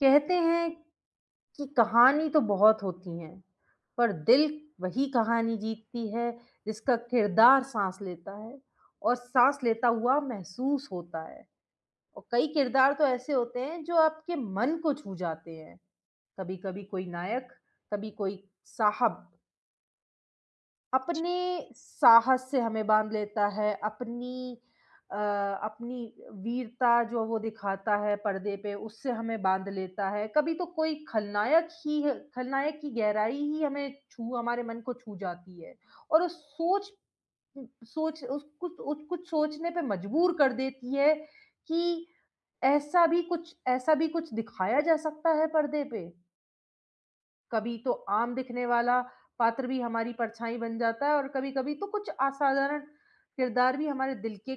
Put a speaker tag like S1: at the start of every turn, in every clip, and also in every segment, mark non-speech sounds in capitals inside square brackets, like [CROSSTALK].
S1: कहते हैं कि कहानी तो बहुत होती हैं, पर दिल वही कहानी जीतती है जिसका किरदार साँस लेता है और साँस लेता हुआ महसूस होता है। और कई किरदार तो ऐसे होते हैं जो आपके मन को छू जाते हैं। कभी-कभी कोई नायक, कभी कोई साहब अपने साहस से हमें बाँध लेता है, अपनी अ, अपनी वीरता जो वो दिखाता है पर्दे पे, उससे हमें बाँध लेता है। कभी तो कोई खलनायक ही ह खलनायक की गहराई ही हमें छू हमारे मन को छू जाती है और उस सोच उ सोच उस कुछ सोचने पे मजबूर कर देती है कि ऐसा भी कुछ दिखाया जा सकता है पर्दे पे? कभी तो आम दिखने वाला पात्र भी हमारी परछाई बन जाता है और कभी-कभी तो कुछ असाधारण किरदार भी हमारे दिल के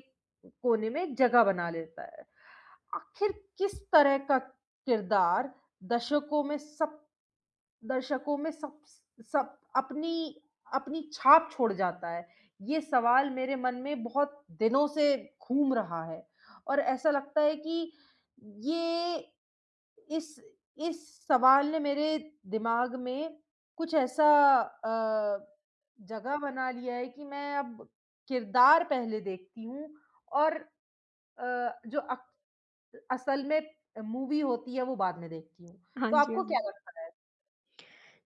S1: कोने में जगह बना लेता है। आखिर किस तरह का किरदार दर्शकों में सब दर्शकों में सब सब अपनी अपनी छाप छोड़ जाता है? ये सवाल मेरे मन में बहुत दिनों से घूम रहा है और ऐसा लगता है कि ये इस इस सवाल ने मेरे दिमाग में कुछ ऐसा अ, जगह बना लिया है कि मैं अब किरदार पहले देखती हूँ और अ, जो अक असल में मूवी होती है, वो बाद में देखती हूँ।
S2: हाँ
S1: तो
S2: जी,
S1: आपको
S2: हाँ
S1: क्या
S2: जी।
S1: लगता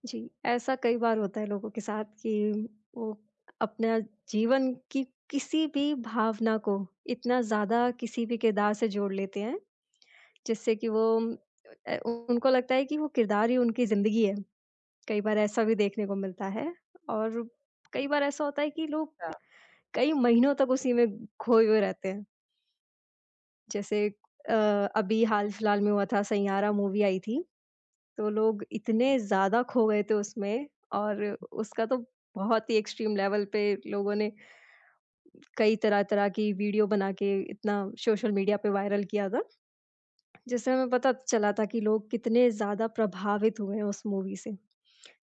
S2: जी, ऐसा कई बार होता है लोगों के साथ कि वो अपना जीवन की किसी भी भावना को इतना ज़्यादा किसी भी किरदार से जोड़ लेते हैं, जिससे कि वो उनको लगता है कि वो किरदार ही उनकी ज़िंदगी है। कई बार ऐसा भी देखने को मिलता है और कई बार ऐसा होता है कि लोग
S1: है?
S2: कई महीनों तक उसी में खोए हुए रहते हैं। जैसे अ, अभी हाल-फिलहाल में हुआ था सैयारा मूवी आई थी। तो लोग इतने ज़्यादा खो गए थे उसमें और उसका तो बहुत ही एक्सट्रीम लेवल पे लोगों ने कई तरह-तरह की वीडियो बना के इतना सोशल मीडिया पे वायरल किया था, जिससे हमें पता चला था कि लोग कितने ज़्यादा प्रभावित हुए हैं उस मूवी से।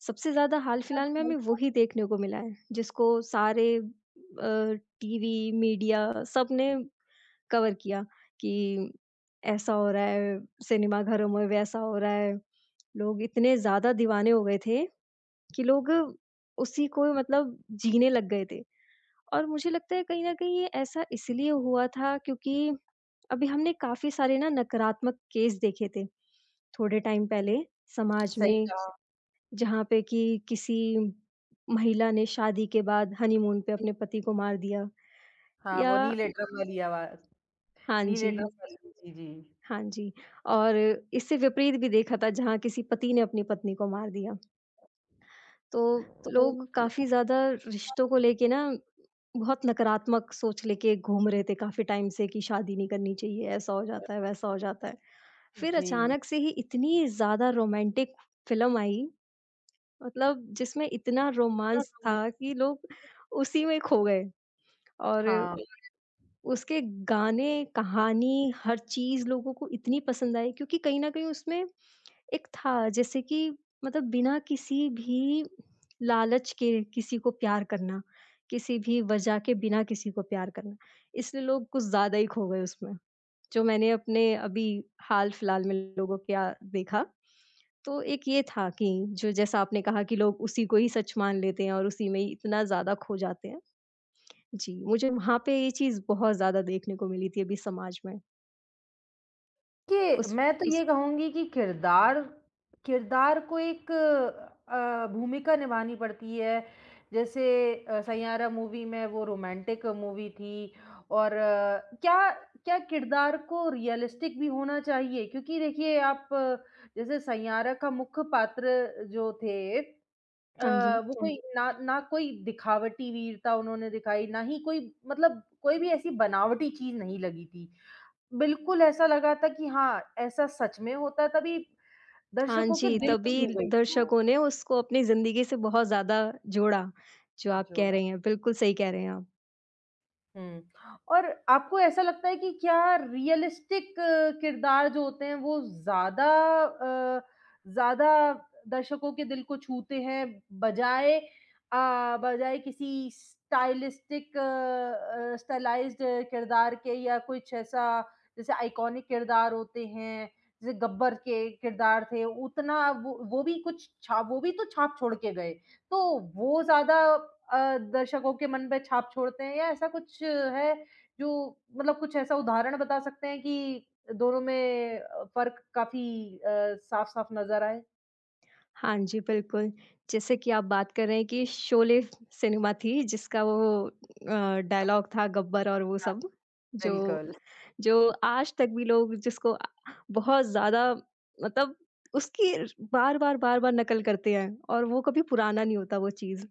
S2: सबसे ज़्यादा हाल-फिलहाल में हमें वही देखने को मिला है, जिसको सारे अ, टीवी, मीडिया सबने कवर किया कि ऐसा हो रहा है, सिनेमा घरों में वैसा हो रहा है। लोग इतने ज़्यादा दीवाने हो गए थे कि लोग उसी को मतलब जीने लग गए थे। और मुझे लगता है कहीं न कहीं ये ऐसा इसलिए हुआ था क्योंकि अभी हमने काफ़ी सारे ना नकारात्मक केस देखे थे, थोड़े टाइम पहले समाज
S1: सही
S2: में
S1: कहा।
S2: जहाँ पे कि किसी महिला ने शादी के बाद हनीमून पे अपने पति को मार दिया
S1: हाँ,
S2: या
S1: वो नीले ड्रम वाली आवाज़।
S2: हाँ
S1: नीले ड्रम
S2: जी,
S1: वाली, जी, जी।
S2: हाँ जी। और इससे विपरीत भी देखा था जहाँ किसी पति ने अपनी पत्नी को मार दिया। तो
S1: तो
S2: लोग काफ़ी ज़्यादा
S1: लोग।
S2: रिश्तों को लेके ना बहुत नकारात्मक सोच लेके घूम रहे थे काफ़ी टाइम से कि शादी नहीं करनी चाहिए, ऐसा हो जाता है, वैसा हो जाता है। फिर
S1: जी।
S2: अचानक से ही इतनी ज़्यादा रोमांटिक फ़िल्म आई मतलब जिसमें इतना रोमांस था कि लोग उसी में खो गए और
S1: हाँ।
S2: उसके गाने, कहानी, हर चीज़ लोगों को इतनी पसंद आई क्योंकि कहीं न कहीं उसमें एक था जैसे कि मतलब बिना किसी भी लालच के किसी को प्यार करना, किसी भी वजह के बिना किसी को प्यार करना, इसलिए लोग कुछ ज़्यादा ही खो गए उसमें, जो मैंने अपने अभी हाल-फिलहाल में लोगों क्या देखा। तो एक ये था कि जो जैसा आपने कहा कि लोग उसी को ही सच मान लेते हैं और उसी में ही इतना ज़्यादा खो जाते हैं। जी, मुझे वहाँ पे ये चीज़ बहुत ज़्यादा देखने को मिली थी अभी समाज में।
S1: देखिए,
S2: उस
S1: मैं तो इस ये कहूँगी कि किरदार किरदार को एक भूमिका निभानी पड़ती है। जैसे सैयारा मूवी में वो रोमांटिक मूवी थी और क्या क्या किरदार को रियलिस्टिक भी होना चाहिए क्योंकि देखिए आप जैसे सैयारा का मुख्य पात्र जो थे अ,
S2: हाँ जी।
S1: वो हुँ। कोई ना ना कोई दिखावटी वीरता उन्होंने दिखाई, ना ही कोई मतलब कोई भी ऐसी बनावटी चीज़ नहीं लगी थी। बिल्कुल ऐसा लगा था कि हाँ, ऐसा सच में होता है तभी
S2: हाँ
S1: दर्शकों के
S2: जी,
S1: दिल को सच छू
S2: तभी
S1: में। गई थी वो
S2: दर्शकों ने उसको अपनी ज़िंदगी से बहुत ज़्यादा जोड़ा, जो आप कह
S1: जोड़ा।
S2: रही हैं, बिल्कुल सही कह रहे हैं आप।
S1: हुँ। और आपको ऐसा लगता है कि क्या रियलिस्टिक किरदार जो होते हैं वो ज़्यादा अ, ज़्यादा दर्शकों के दिल को छूते हैं बजाए बजाए किसी स्टाइलिस्टिक स्टाइलाइज़्ड किरदार के या कुछ ऐसा जैसे आइकॉनिक किरदार होते हैं, जैसे गब्बर के किरदार थे उतना वो भी कुछ छा वो भी तो छाप छोड़ के गए। तो वो ज़्यादा दर्शकों के मन पे छाप छोड़ते हैं या ऐसा कुछ है जो मतलब कुछ ऐसा उदाहरण बता सकते हैं कि दोनों में फ़र्क काफ़ी साफ-साफ नज़र आए?
S2: हाँ जी, बिल्कुल। जैसे कि आप बात कर रहे हैं कि शोले सिनेमा थी जिसका वो डायलॉग था गब्बर और वो सब, जो
S1: बिल्कुल।
S2: जो आज तक भी लोग जिसको बहुत ज़्यादा मतलब उसकी बार-बार, बार-बार नकल करते हैं और वो कभी पुराना नहीं होता वो चीज़।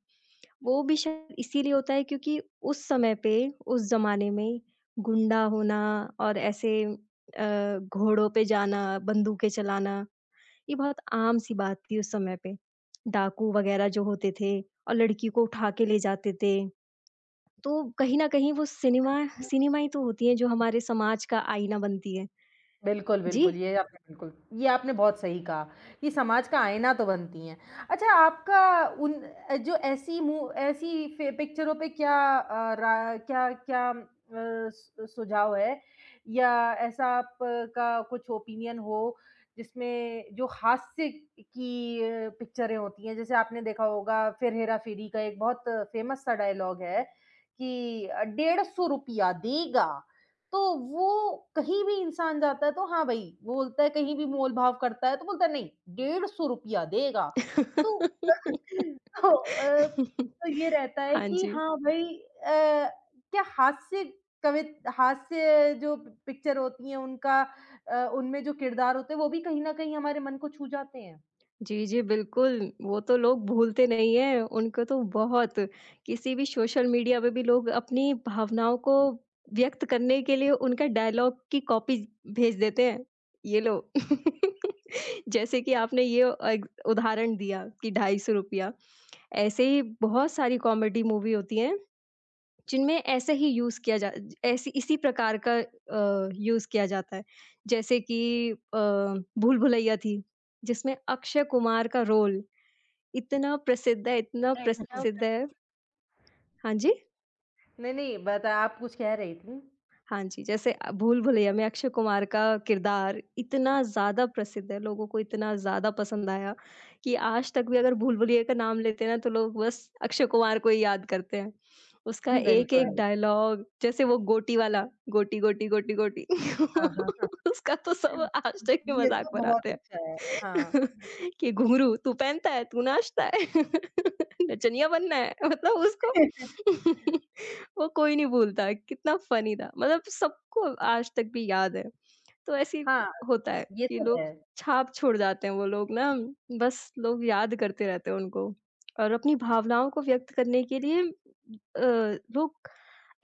S2: वो भी शायद इसीलिए होता है क्योंकि उस समय पे, उस ज़माने में गुंडा होना और ऐसे घोड़ों पे जाना, बंदूकें चलाना, ये बहुत आम-सी बात थी उस समय पे। डाकू वगैरह जो होते थे और लड़की को उठा के ले जाते थे। तो कहीं न कहीं वो सिनेमा सिनेमा ही तो होती है जो हमारे समाज का आईना बनती है।
S1: बिल्कुल,
S2: जी।
S1: बिल्कुल ये आपने बहुत सही कहा कि समाज का आईना तो बनती हैं। अच्छा आपका उन अ, जो ऐसी मू ऐसी फि पिक्चरों पे क्या अ, सु सुझाव है या ऐसा आपका कुछ ओपिनियन हो जिसमें जो हास्य की पिक्चरें होती हैं, जैसे आपने देखा होगा फिर हेरा-फेरी का एक बहुत फेमस सा डायलॉग है कि ₹150 देगा। तो वो कहीं भी इंसान जाता है तो हाँ भाई, वो बोलता है कहीं भी मोल-भाव करता है तो बोलता है नहीं, ₹150 देगा। तो [LAUGHS] तो
S2: [LAUGHS]
S1: तो ये रहता है
S2: हाँ
S1: कि
S2: जी।
S1: हाँ भाई अ, क्या हास्य जो पि पिक्चर होती हैं उनका उनमें जो किरदार होते हैं वो भी कहीं न कहीं हमारे मन को छू जाते हैं।
S2: जी, जी, बिल्कुल, वो तो लोग भूलते नहीं हैं, उनको तो बहुत किसी भी सोशल मीडिया पे भी लोग अपनी भावनाओं को हुँ। व्यक्त करने के लिए उनका डायलॉग की कॉपी भेज देते हैं, ये लो। [LAUGHS] जैसे कि आपने ये एक उदाहरण दिया कि ₹250 ऐसे ही बहुत सारी कॉमेडी मूवी होती हैं जिनमें ऐसे ही यूज़ किया जा ऐसी इसी प्रकार का यूज़ किया जाता है। जैसे कि अ, भूल भुलैया थी, जिसमें अक्षय कुमार का रोल इतना प्रसिद्ध है, इतना
S1: राइट, क्या [LAUGHS] होता
S2: प्रसिद्ध
S1: है?
S2: है। हाँ जी?
S1: नहीं, नहीं बता आप कुछ कह रही थी? [LAUGHS]
S2: हाँ जी, जैसे भूल भुलैया में अक्षय कुमार का किरदार इतना ज़्यादा प्रसिद्ध है, लोगों को इतना ज़्यादा पसंद आया कि आज तक भी अगर भूल भुलैया का नाम लेते हैं ना, तो लोग बस अक्षय कुमार को ही याद करते हैं। उसका
S1: उसका
S2: एक-एक
S1: बिल्कुल,
S2: डायलॉग जैसे वो गोटी वाला, गोटी, गोटी, गोटी, गोटी
S1: हाँ, हाँ, हाँ।
S2: [LAUGHS] उसका तो सब
S1: [LAUGHS]
S2: आज तक ही
S1: ये
S2: मज़ाक
S1: तो बहुत
S2: बनाते हैं
S1: अच्छा है। हाँ,
S2: [LAUGHS] कि घुंघरू तू पहनता है, तू नाचता है, [LAUGHS] नचनिया बनना है मतलब उसको
S1: [LAUGHS]
S2: [LAUGHS] वो कोई नहीं भूलता, कितना फ़नी था। मतलब सबको आज तक भी याद है। तो ऐसे ही
S1: हाँ।
S2: होता है
S1: ये
S2: कि
S1: तो
S2: लोग
S1: है।
S2: छाप छोड़ जाते हैं वो लोग ना बस लोग याद करते रहते हैं उनको और अपनी भावनाओं को व्यक्त करने के लिए लोग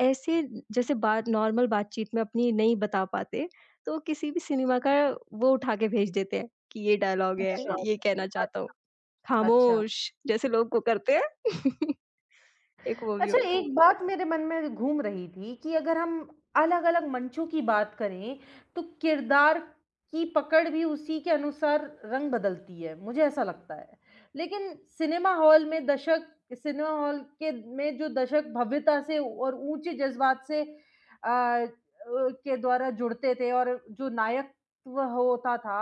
S2: ऐसे जैसे बात नॉर्मल बातचीत में अपनी नहीं बता पाते, तो किसी भी सिनेमा का वो उठा के भेज देते हैं कि ये डायलॉग है,
S1: अच्छा।
S2: ये कहना चाहता हूँ।
S1: अच्छा, अच्छा।
S2: खामोश! जैसे लोग वो करते हैं। [LAUGHS] एक वो भी
S1: अच्छा
S2: होता है।
S1: एक बात मेरे मन में घूम रही थी कि अगर हम अलग-अलग मंचों की बात करें, तो किरदार की पकड़ भी उसी के अनुसार रंग बदलती है, मुझे ऐसा लगता है। लेकिन सिनेमा हॉल के में जो दर्शक भव्यता से और ऊँचे जज़्बात से के द्वारा जुड़ते थे और जो नायकत्व होता था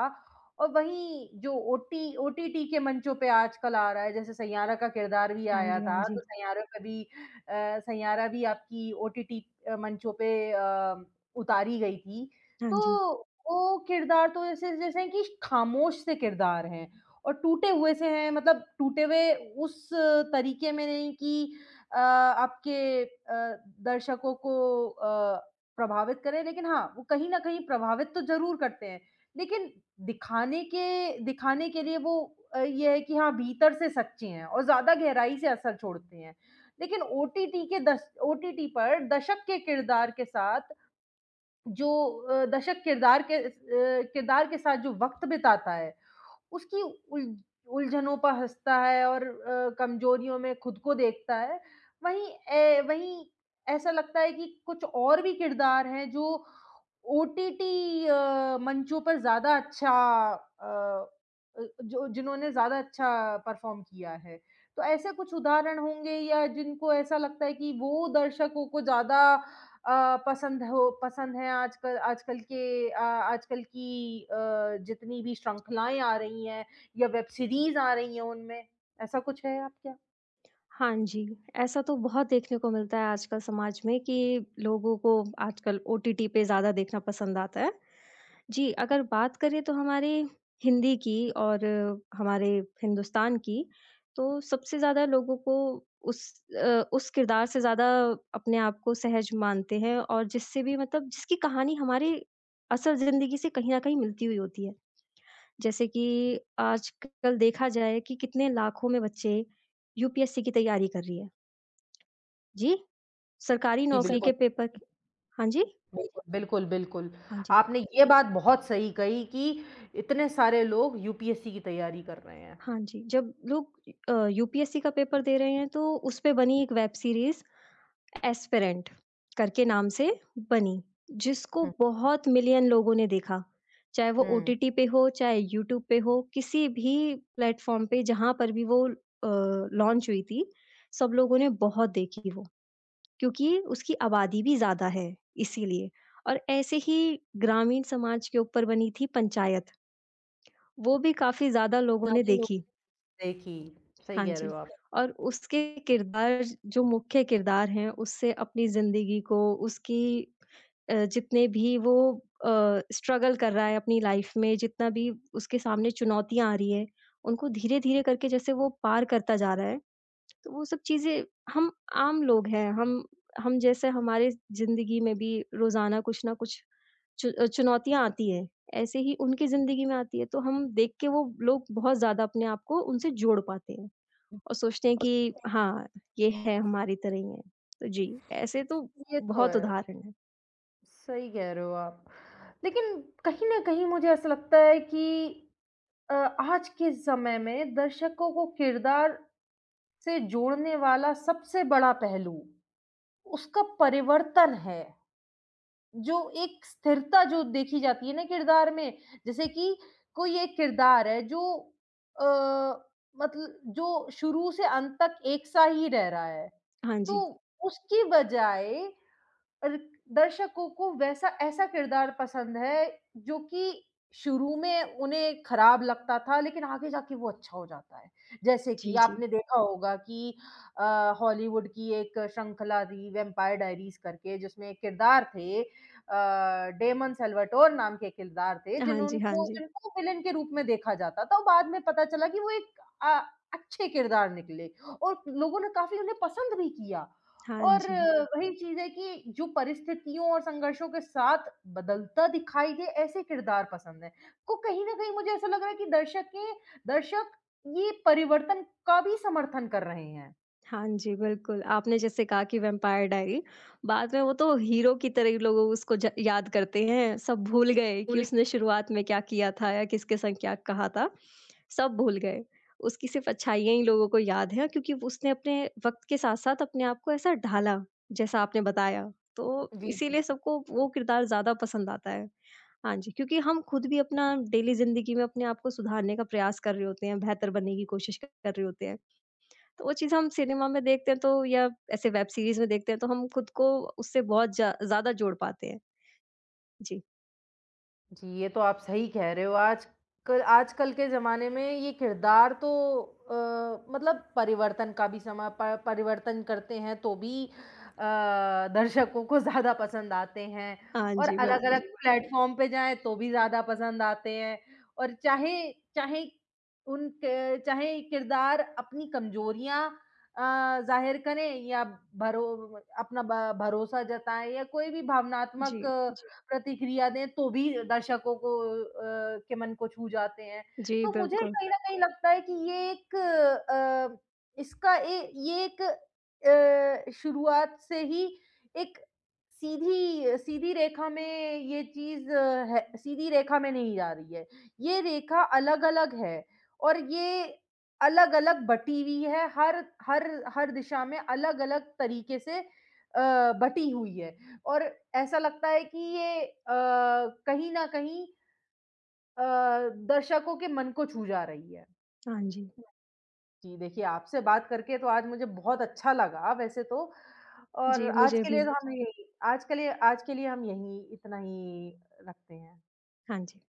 S1: और वहीं जो ओटीटी के मंचों पे आजकल आ रहा है, जैसे सैयारा का किरदार भी
S2: हाँ
S1: आया
S2: जी, हाँ
S1: था,
S2: जी।
S1: तो सैयारा पे भी सैयारा भी आपकी ओटीटी मंचों पे उतारी गई थी।
S2: हाँ जी।
S1: तो वो किरदार तो जैसे जैसे कि खामोश से किरदार हैं और टूटे हुए से हैं मतलब टूटे हुए उस तरीके में नहीं कि आपके अ, दर्शकों को अ, प्रभावित करें लेकिन हाँ, वो कहीं न कहीं प्रभावित तो ज़रूर करते हैं। लेकिन दिखाने के लिए वो ये है कि हाँ, भीतर से सच्चे हैं और ज़्यादा गहराई से असर छोड़ते हैं। लेकिन ओटीटी पर दशक के किरदार के साथ जो अ, दशक किरदार के अ, किरदार के साथ जो वक़्त बिताता है उसकी उल उलझनों पर हँसता है और कमज़ोरियों में खुद को देखता है। वहीं ए वहीं ऐसा लगता है कि कुछ और भी किरदार हैं जो ओटीटी मंचों पर ज़्यादा अच्छा अ अ, जो जिन्होंने ज़्यादा अच्छा परफ़ॉर्म किया है। तो ऐसे कुछ उदाहरण होंगे या जिनको ऐसा लगता है कि वो दर्शकों को ज़्यादा पसंद है आजकल आजकल के जितनी भी श्रृंखलाएँ आ रही हैं या वेब सीरीज़ आ रही हैं उनमें, ऐसा कुछ है आपके?
S2: हाँ जी, ऐसा तो बहुत देखने को मिलता है आजकल समाज में कि लोगों को आजकल ओटीटी पे ज़्यादा देखना पसंद आता है। जी, अगर बात करें तो हमारे हिंदी की और हमारे हिंदुस्तान की, तो सबसे ज़्यादा लोगों को उस उस किरदार से ज़्यादा अपने आप को सहज मानते हैं और जिससे भी मतलब जिसकी कहानी हमारी असल ज़िंदगी से कहीं न कहीं मिलती हुई होती है। जैसे कि आजकल देखा जाए कि कितने लाखों में बच्चे यूपीएससी की तैयारी कर रही है। जी, सरकारी
S1: जी, सिर्फ
S2: नौकरी
S1: बिल्कुल,
S2: के
S1: सजेस्ट?
S2: पेपर क हाँ जी,
S1: बिल्कुल, बिल्कुल, बिल्कुल।
S2: हाँ जी,
S1: आपने ये बात बहुत सही कही कि इतने सारे लोग यूपीएससी की तैयारी कर रहे हैं।
S2: हाँ जी। जब लोग यूपीएससी का पेपर दे रहे हैं तो उस पे बनी एक वेब सीरीज़ एस्पिरेंट करके नाम से बनी, जिसको
S1: हुँ,
S2: बहुत मिलियन लोगों ने देखा। चाहे वो
S1: हुँ।
S2: ओटीटी पे हो, चाहे यूट्यूब पे हो, किसी भी प्लेटफ़ॉर्म पे जहाँ पर भी वो लॉन्च हुई थी, सब लोगों ने बहुत देखी वो। क्योंकि उसकी आबादी भी ज़्यादा है इसीलिए। और ऐसे ही ग्रामीण समाज के ऊपर बनी थी पंचायत, वो भी काफ़ी ज़्यादा लोगों ने
S1: ज़्यादा लोग
S2: देखी।
S1: देखी, सही
S2: हाँ
S1: कह रहे
S2: जी।
S1: हो आप।
S2: और उसके किरदार जो मुख्य किरदार हैं उससे अपनी ज़िंदगी को उसकी जितने भी वो स्ट्रगल कर रहा है अपनी लाइफ़ में, जितना भी उसके सामने चुनौतियाँ आ रही हैं, उनको धीरे-धीरे करके जैसे वो पार करता जा रहा है तो वो सब चीज़ें हम आम लोग हैं, हम जैसे हमारे ज़िंदगी में भी रोज़ाना कुछ ना कुछ चुनौतियाँ आती हैं, ऐसे ही उनकी ज़िंदगी में आती है, तो हम देख के वो लोग बहुत ज़्यादा अपने आप को उनसे जोड़ पाते हैं और सोचते हैं
S1: [LAUGHS] उस
S2: कि हाँ, ये है हमारी तरह ही है। तो जी, ऐसे तो
S1: ये तो
S2: बहुत
S1: है,
S2: उदाहरण हैं।
S1: सही कह रहे हो आप। लेकिन कहीं न कहीं मुझे ऐसा लगता है कि अ, आज के समय में दर्शकों को किरदार से जोड़ने वाला सबसे बड़ा पहलू उसका परिवर्तन है जो एक स्थिरता जो देखी जाती है ना किरदार में जैसे कि कोई एक किरदार है जो अ, मतलब जो शुरू से अंत तक एक सा ही रह रहा है
S2: हाँ
S1: तो
S2: जी।
S1: उसकी बजाय अर दर्शकों को वैसा ऐसा किरदार पसंद है, जो कि शुरू में उन्हें खराब लगता था, लेकिन आगे जाके वो अच्छा हो जाता है। जैसे कि
S2: जी, जी।
S1: आपने देखा होगा कि हॉलीवुड की एक श्रृंखला थी वैम्पायर डायरीज़ करके जिसमें एक किरदार थे डेमन सेल्वाटोर नाम के किरदार थे,
S2: हाँ जी, हाँ
S1: जिन्होंको
S2: जी।
S1: जिनको विलेन के रूप में देखा जाता था और बाद में पता चला कि वो एक अच्छे किरदार निकले और लोगों ने काफ़ी उन्हें पसंद भी किया।
S2: हाँ
S1: और
S2: जी।
S1: वही चीज़ है कि जो परिस्थितियों और संघर्षों के साथ बदलता दिखाई दे ऐसे किरदार पसंद हैं। तो कहीं न कहीं मुझे ऐसा लग रहा है कि दर्शक ये परिवर्तन का भी समर्थन कर रहे हैं।
S2: हाँ जी, बिल्कुल। आपने जैसे कहा कि वैम्पायर डायरी, बाद में वो तो हीरो की तरह ही लोग उसको ज याद करते हैं। सब भूल गए कि
S1: बोले
S2: उसने शुरुआत में क्या किया था या किसके संग क्या कहा था, सब भूल गए। उसकी सिर्फ़ अच्छाइयाँ ही लोगों को याद हैं क्योंकि उसने अपने वक़्त के साथ-साथ अपने आप को ऐसा ढाला, जैसा आपने बताया। तो
S1: जी।
S2: इसीलिए सबको वो किरदार ज़्यादा पसंद आता है। हाँ जी, क्योंकि हम खुद भी अपना डेली ज़िंदगी में अपने आप को सुधारने का प्रयास कर रहे होते हैं, बेहतर बनने की कोशिश कर रहे होते हैं। तो वो चीज़ हम सिनेमा में देखते हैं तो या ऐसे वेब सीरीज़ में देखते हैं तो हम खुद को उससे बहुत जा ज़्यादा जोड़ पाते हैं। जी।
S1: जी, ये तो आप सही कह रहे हो। आजकल आजकल के ज़माने में ये किरदार तो मतलब परिवर्तन का भी समा प परिवर्तन करते हैं तो भी दर्शकों को ज़्यादा पसंद आते हैं
S2: हाँ
S1: और हाँ
S2: जी, बिल्कुल।
S1: अलग-अलग जी, बिल्कुल। प्लेटफ़ॉर्म पे जाएँ तो भी ज़्यादा पसंद आते हैं और चाहे चाहे उन क चाहे किरदार अपनी कमज़ोरियाँ अ, ज़ाहिर करें या भरो अपना ब भरोसा जताएँ या कोई भी भावनात्मक
S2: जी।
S1: प्रतिक्रिया दें तो भी के मन को छू जाते हैं।
S2: जी,
S1: तो मुझे
S2: बिल्कुल।
S1: कहीं न कहीं लगता है कि ये एक अ, इसका ए ये एक शुरुआत से ही एक सीधी सीधी रेखा में ये चीज़ है सीधी रेखा में नहीं जा रही है। ये रेखा अलग-अलग है और ये अलग-अलग बटी हुई है, हर हर हर दिशा में अलग-अलग तरीके से बटी हुई है। और ऐसा लगता है कि ये कहीं न कहीं अ, दर्शकों के मन को छू जा रही है।
S2: हाँ जी।
S1: जी, देखिए आपसे बात करके तो आज मुझे बहुत अच्छा लगा वैसे तो और
S2: जी,
S1: आज
S2: मुझे
S1: के
S2: भी।
S1: लिए तो जी। हम यही आज के लिए हम यहीं इतना ही रखते हैं।
S2: हाँ जी।